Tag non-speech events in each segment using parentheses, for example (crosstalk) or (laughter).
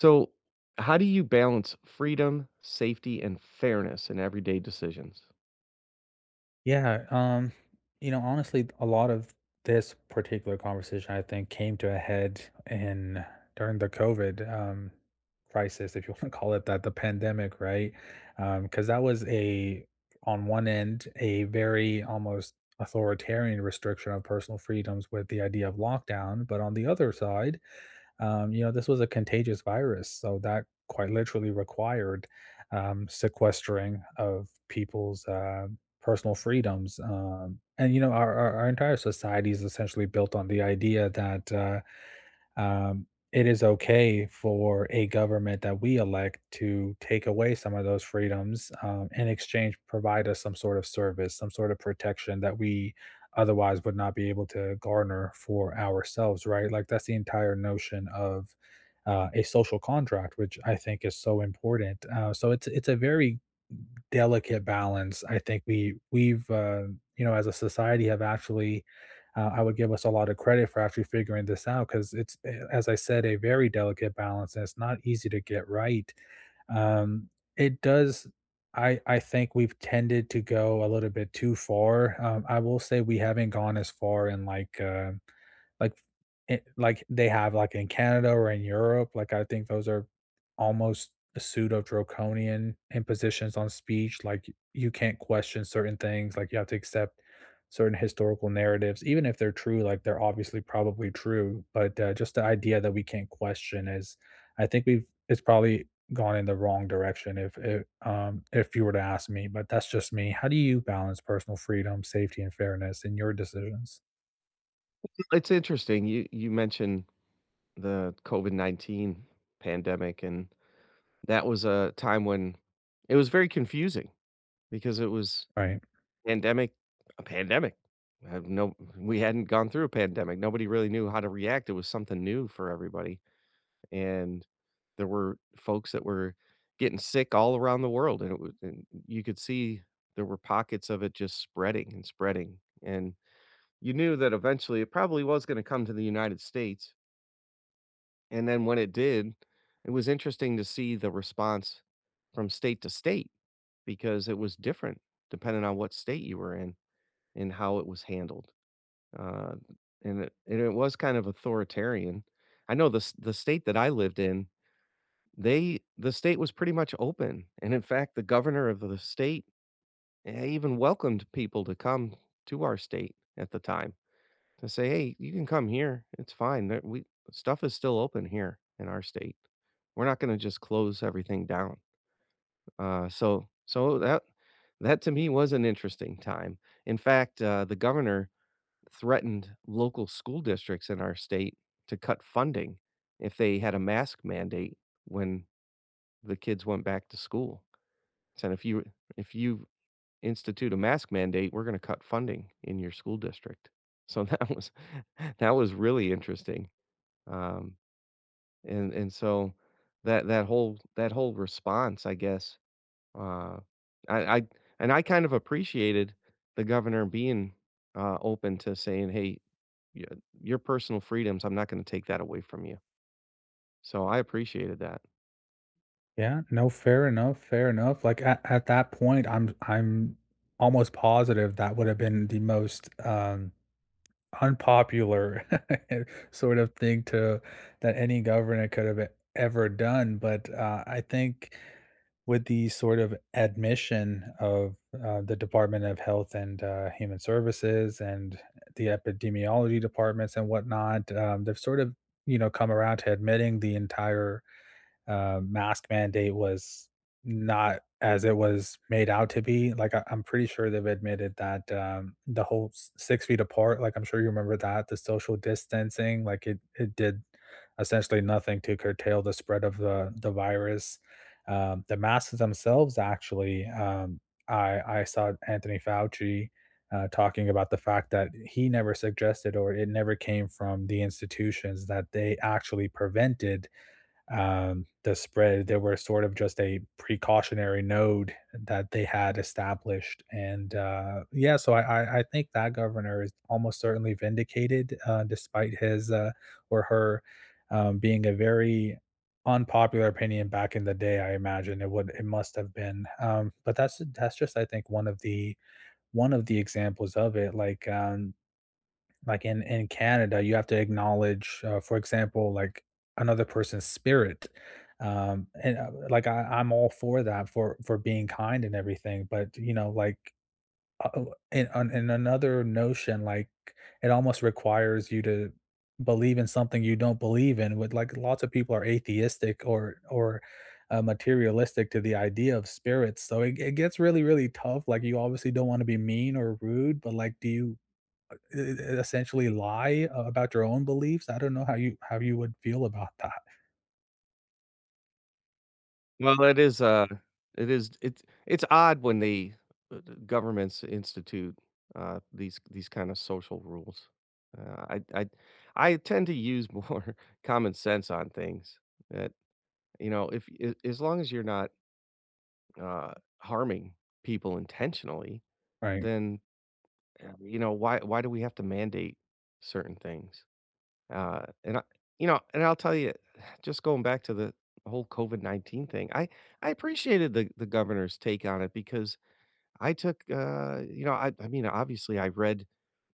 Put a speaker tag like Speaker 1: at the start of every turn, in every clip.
Speaker 1: So, how do you balance freedom, safety, and fairness in everyday decisions?
Speaker 2: Yeah, um, Honestly, a lot of this particular conversation, I think, came to a head in during the COVID crisis, if you (laughs) want to call it that, the pandemic, right? Because that was a, on one end, a very almost authoritarian restriction of personal freedoms with the idea of lockdown, but on the other side, this was a contagious virus, so that quite literally required sequestering of people's personal freedoms. Our entire society is essentially built on the idea that it is okay for a government that we elect to take away some of those freedoms in exchange provide us some sort of service, some sort of protection that we otherwise would not be able to garner for ourselves, right? Like that's the entire notion of a social contract, which I think is so important. So it's a very delicate balance. I think we've as a society have actually I would give us a lot of credit for actually figuring this out because it's as I said, a very delicate balance, and it's not easy to get right. Um, it does. I think we've tended to go a little bit too far. I will say we haven't gone as far in like, like they have, like, in Canada or in Europe. Like, I think those are almost pseudo-draconian impositions on speech. Like, you can't question certain things. Like, you have to accept certain historical narratives, even if they're true. Like, they're obviously probably true, but, just the idea that we can't question is, I think we've, it's probably gone in the wrong direction, if it if you were to ask me, but that's just me. How do you balance personal freedom, safety, and fairness in your decisions?
Speaker 1: It's interesting. You mentioned the COVID COVID-19 pandemic, and that was a time when it was very confusing because it was
Speaker 2: Right.
Speaker 1: pandemic, a pandemic. No, we hadn't gone through a pandemic. Nobody really knew how to react. It was something new for everybody. And there were folks that were getting sick all around the world, and it was and you could see there were pockets of it just spreading and spreading, and you knew that eventually it probably was gonna come to the United States, and then when it did, it was interesting to see the response from state to state because it was different depending on what state you were in and how it was handled, uh, and it was kind of authoritarian. I know the state that I lived in, the state was pretty much open, and in fact, the governor of the state, even welcomed people to come to our state at the time to say, "Hey, you can come here. It's fine. There we Stuff is still open here in our state. We're not gonna just close everything down." So that to me was an interesting time. In fact, the governor threatened local school districts in our state to cut funding if they had a mask mandate when the kids went back to school. Said if you institute a mask mandate, we're gonna cut funding in your school district. So that was (laughs) that was really interesting. Um, and so that that whole response, I guess, uh, I, I I kind of appreciated the governor being open to saying, "Hey, y- your personal freedoms, I'm not going to take that away from you." So I appreciated that.
Speaker 2: Yeah, no, fair enough, fair enough. Like at that point, I'm almost positive that would have been the most unpopular (laughs) sort of thing to, that any governor could have ever done. But I think with the sort of admission of the Department of Health and Human Services and the epidemiology departments and whatnot, they've sort of come around to admitting the entire mask mandate was not as it was made out to be. Like, I, I'm pretty sure they've admitted that the whole 6 feet apart. Like, I'm sure you remember that, the social distancing. Like, it did essentially nothing to curtail the spread of the virus. The masks themselves, actually, I saw Anthony Fauci. Talking about the fact that he never suggested, or it never came from the institutions, that they actually prevented the spread. They were sort of just a precautionary node that they had established, and yeah, so I think that governor is almost certainly vindicated, despite his or her being a very unpopular opinion back in the day. I imagine it would, it must have been, but that's just, I think, one of the examples of it. Like in Canada, you have to acknowledge, for example, like another person's spirit. And like I'm all for that, for being kind and everything, but you know, like uh, uh, in in another notion, like it almost requires you to believe in something you don't believe in. With, like, lots of people are atheistic or materialistic to the idea of spirits, so it gets really really tough. Like, you obviously don't want to be mean or rude, but like, do you e e essentially lie about your own beliefs? I don't know how you would feel about that.
Speaker 1: Well, it's odd when the governments institute, these kind of social rules. Uh, I I I tend to use more (laughs) common sense on things that, you know, if a as long as you're not, harming people intentionally,
Speaker 2: Right,
Speaker 1: then, you know, why do we have to mandate certain things? And I you know, and I'll tell you, (sighs) just going back to the whole COVID-19 thing, I appreciated the governor's take on it because I took, you know, I mean, obviously, I read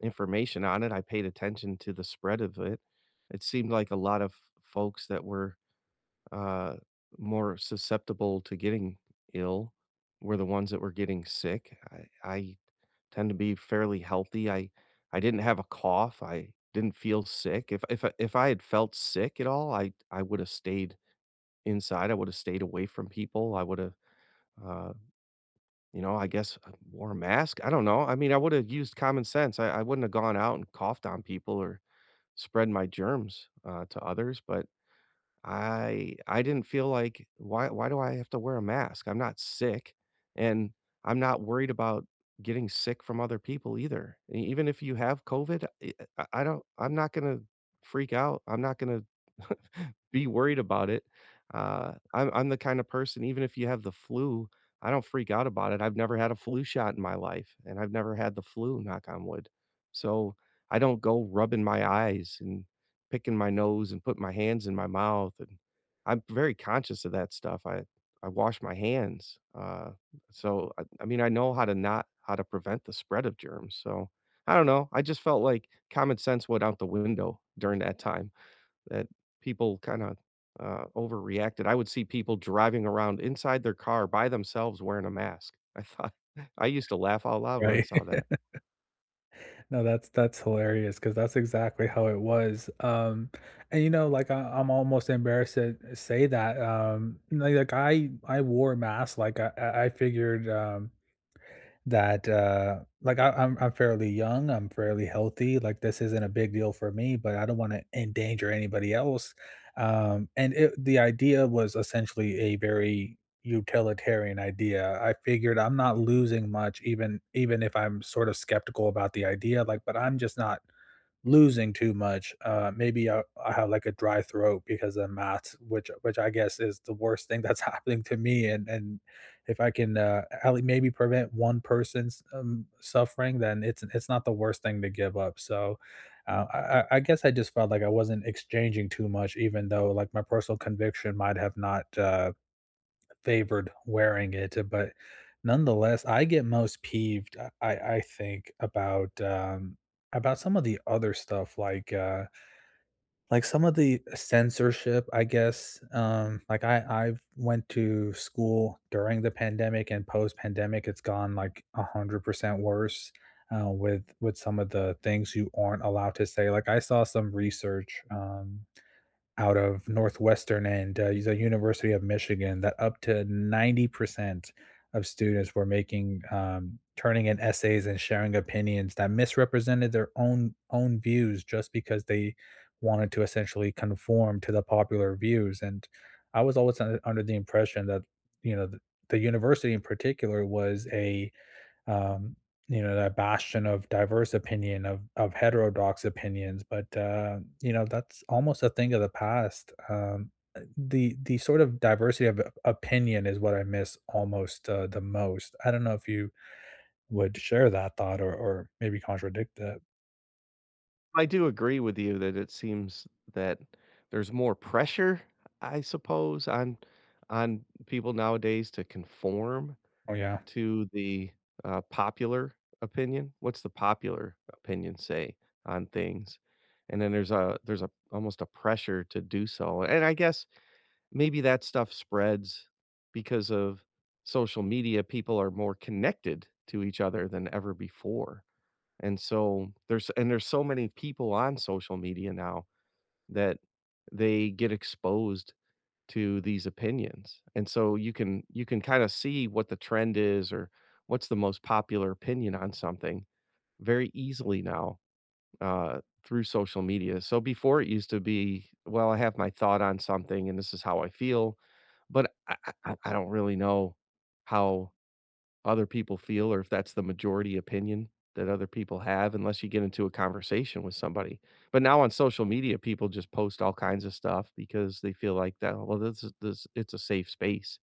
Speaker 1: information on it. I paid attention to the spread of it. It seemed like a lot of folks that were, uh, more susceptible to getting ill were the ones that were getting sick. I tend to be fairly healthy. I didn't have a cough. I didn't feel sick. If I had felt sick at all, I would have stayed inside. I would have stayed away from people. I would have uh, you know, I guess wore a mask. I don't know. I mean, I would have used common sense. I wouldn't have gone out and coughed on people or spread my germs to others. But I didn't feel like, why do I have to wear a mask? I'm not sick, and I'm not worried about getting sick from other people either. E even if you have COVID, eh, I don't I'm not gonna freak out. I'm not gonna (laughs) be worried about it. I'm the kind of person, even if you have the flu, I don't freak out about it. I've never had a flu shot in my life, and I've never had the flu, knock on wood. So I don't go rubbing my eyes and picking my nose and putting my hands in my mouth, and I'm very conscious of that stuff. I wash my hands. So I mean, I know how to not how to prevent the spread of germs. So I don't know. I just felt like common sense went out the window during that time that people kinda, overreacted. I would see people driving around inside their car by themselves wearing a mask. I thought (laughs) I used to laugh out loud when I
Speaker 2: right.
Speaker 1: saw
Speaker 2: (laughs)
Speaker 1: that.
Speaker 2: No, that's hilarious because that's exactly how it was, and, you know, like, I'm almost embarrassed to say that, I wore a mask. Like, I figured, that like I, I'm fairly young, I'm fairly healthy. Like, this isn't a big deal for me, but I don't want to endanger anybody else. And the idea was essentially a very utilitarian idea. I figured I'm not losing much, even if I'm sort of skeptical about the idea. Like, but I'm just not losing too much. Maybe I have, like, a dry throat because of math, which I guess is the worst thing that's (laughs) happening to me. And if I can at maybe prevent one person's suffering, then it's not the worst thing to give up. So I guess I just felt like I wasn't exchanging too much, even though, like, my personal conviction might have not, uh, favored wearing it, but nonetheless, I get most peeved, I think about some of the other stuff, like some of the censorship, I guess, like I've went to school during the pandemic and post-pandemic, it's gone like 100% worse, with some of the things you aren't allowed to say. Like, I saw some research, out of Northwestern and the University of Michigan, that up to 90% of students were making turning in essays and sharing opinions that misrepresented their own views, just because they wanted to essentially conform to the popular views. And I was always under the impression that you know the, the university in particular was a um, you know, that bastion of diverse opinion, of heterodox opinions. But you know, that's almost a thing of the past. The sort of diversity of opinion is what I miss almost, the most. I don't know if you would share that thought or maybe contradict it.
Speaker 1: I do agree with you that it seems that there's more pressure, I suppose, on people nowadays to conform
Speaker 2: Oh yeah.
Speaker 1: to the, popular opinion. What's the popular opinion say on things? And then there's a almost a pressure to do so, and I guess maybe that stuff spreads because of social media, people are more connected to each other than ever before, and there's so many people on social media now that they get exposed to these opinions, and so you can kinda see what the trend is or what's the most popular opinion on something very easily now through social media. So before it used to be, well, I have my thought on something and this is how I feel, but I don't really know how other people feel or if that's the majority opinion that other people have unless you get into a conversation with somebody. But now on social media, people just post all kinds of stuff because they feel like that, well, this it's a safe space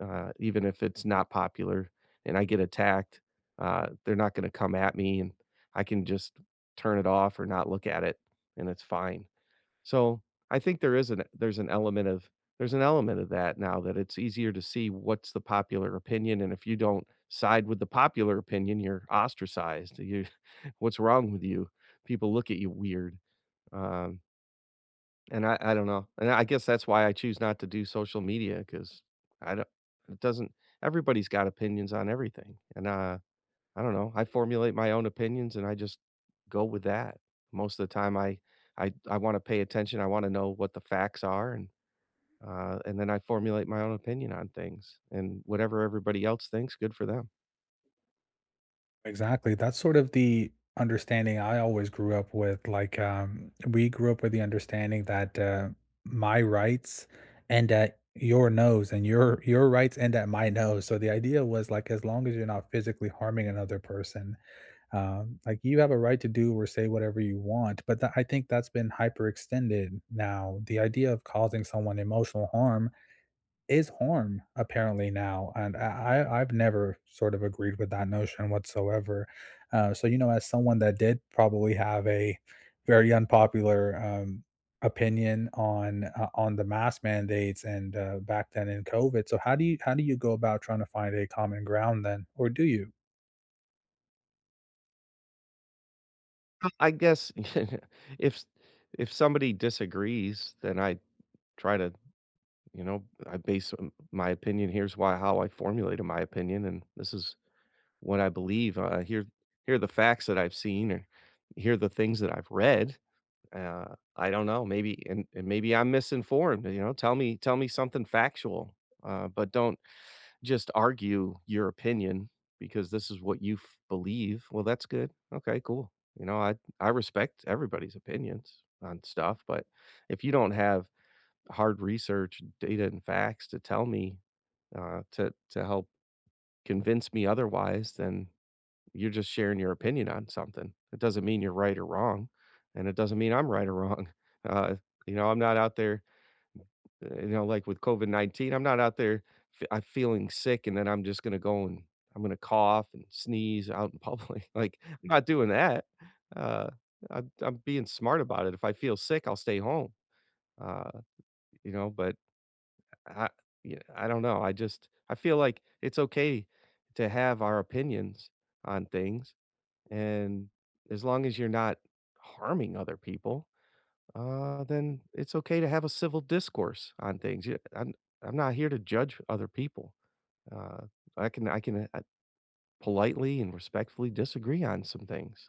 Speaker 1: even if it's not popular and I get attacked, they're not gonna come at me and I can just turn it off or not look at it and it's fine. So I think there's an element of, there's an element of that now that it's easier to see what's the popular opinion, and if you don't side with the popular opinion, you're ostracized. You (laughs) what's wrong with you? People look at you weird. Um and I don't know, and I guess that's why I choose not to do social media because I don't it doesn't everybody's got opinions on everything, and, I don't know, I formulate my own opinions, and I just go with that. Most of the time, I wanna pay attention, I wanna know what the facts are, and then I formulate my own opinion on things, and whatever everybody else thinks, good for them.
Speaker 2: Exactly. That's sort of the understanding I always grew up with. Like, we grew up with the understanding that my rights end at your nose, and your rights end at my nose. So the idea was, like, as long as you're not physically harming another person, like, you have a right to do or say whatever you want. But I think that's been hyperextended now. The idea of causing someone emotional harm is harm, apparently, now, and I've never sort of agreed with that notion whatsoever. So, you know, as someone that did probably have a very unpopular, opinion on the mask mandates and, back then in COVID. So how do you go about trying to find a common ground then, or do you?
Speaker 1: I guess (laughs) if if somebody disagrees, then I try to. You know, I base my opinion. Here's why how I formulated my opinion, and this is what I believe. Here are the facts that I've seen, or here are the things that I've read. I don't know. Maybe and maybe I'm misinformed. You know, tell me something factual, but don't just argue your opinion because this is what you believe. Well, that's good. Okay, cool. You know, I respect everybody's opinions on stuff, but if you don't have hard research, data, and facts to tell me to help convince me otherwise, then you're just sharing your opinion on something. It doesn't mean you're right or wrong, and it doesn't mean I'm right or wrong. (laughs) Uh, you know, I'm not out there. You know, like with COVID COVID-19, I'm not out there. I'm feeling sick, and then I'm just gonna go and I'm gonna cough and sneeze out in public. (laughs) Like I'm not doing that. Uh, I'm being smart about it. If I feel sick, I'll stay home. Uh, you know, but I yeah, I don't know. I just I feel like it's okay to have our opinions on things, and as long as you're not harming other people, then it's okay to have a civil discourse on things. Yeah, I'm not here to judge other people. Uh, I can politely and respectfully disagree on some things.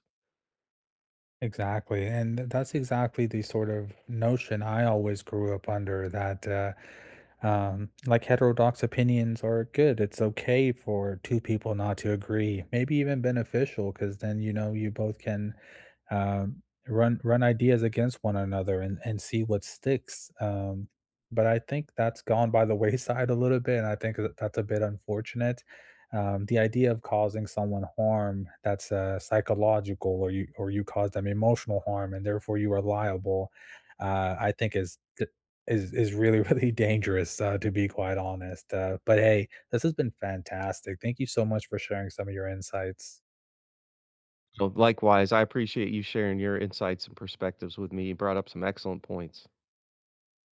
Speaker 2: Exactly, and that's exactly the sort of notion I always grew up under, that like heterodox opinions are good. It's okay for two people not to agree, maybe even beneficial, because then you know you both can run ideas against one another and see what sticks. But I think that's gone by the (laughs) wayside a little bit, and I think that that's a bit unfortunate. The idea of causing someone harm that's psychological, or you, or you cause them emotional harm, and therefore you are liable, I think is really (laughs) really dangerous, to be quite honest. But hey, this has been fantastic. Thank you so much for sharing some of your insights.
Speaker 1: So likewise, I appreciate you sharing your insights and perspectives with me. You brought up some excellent points.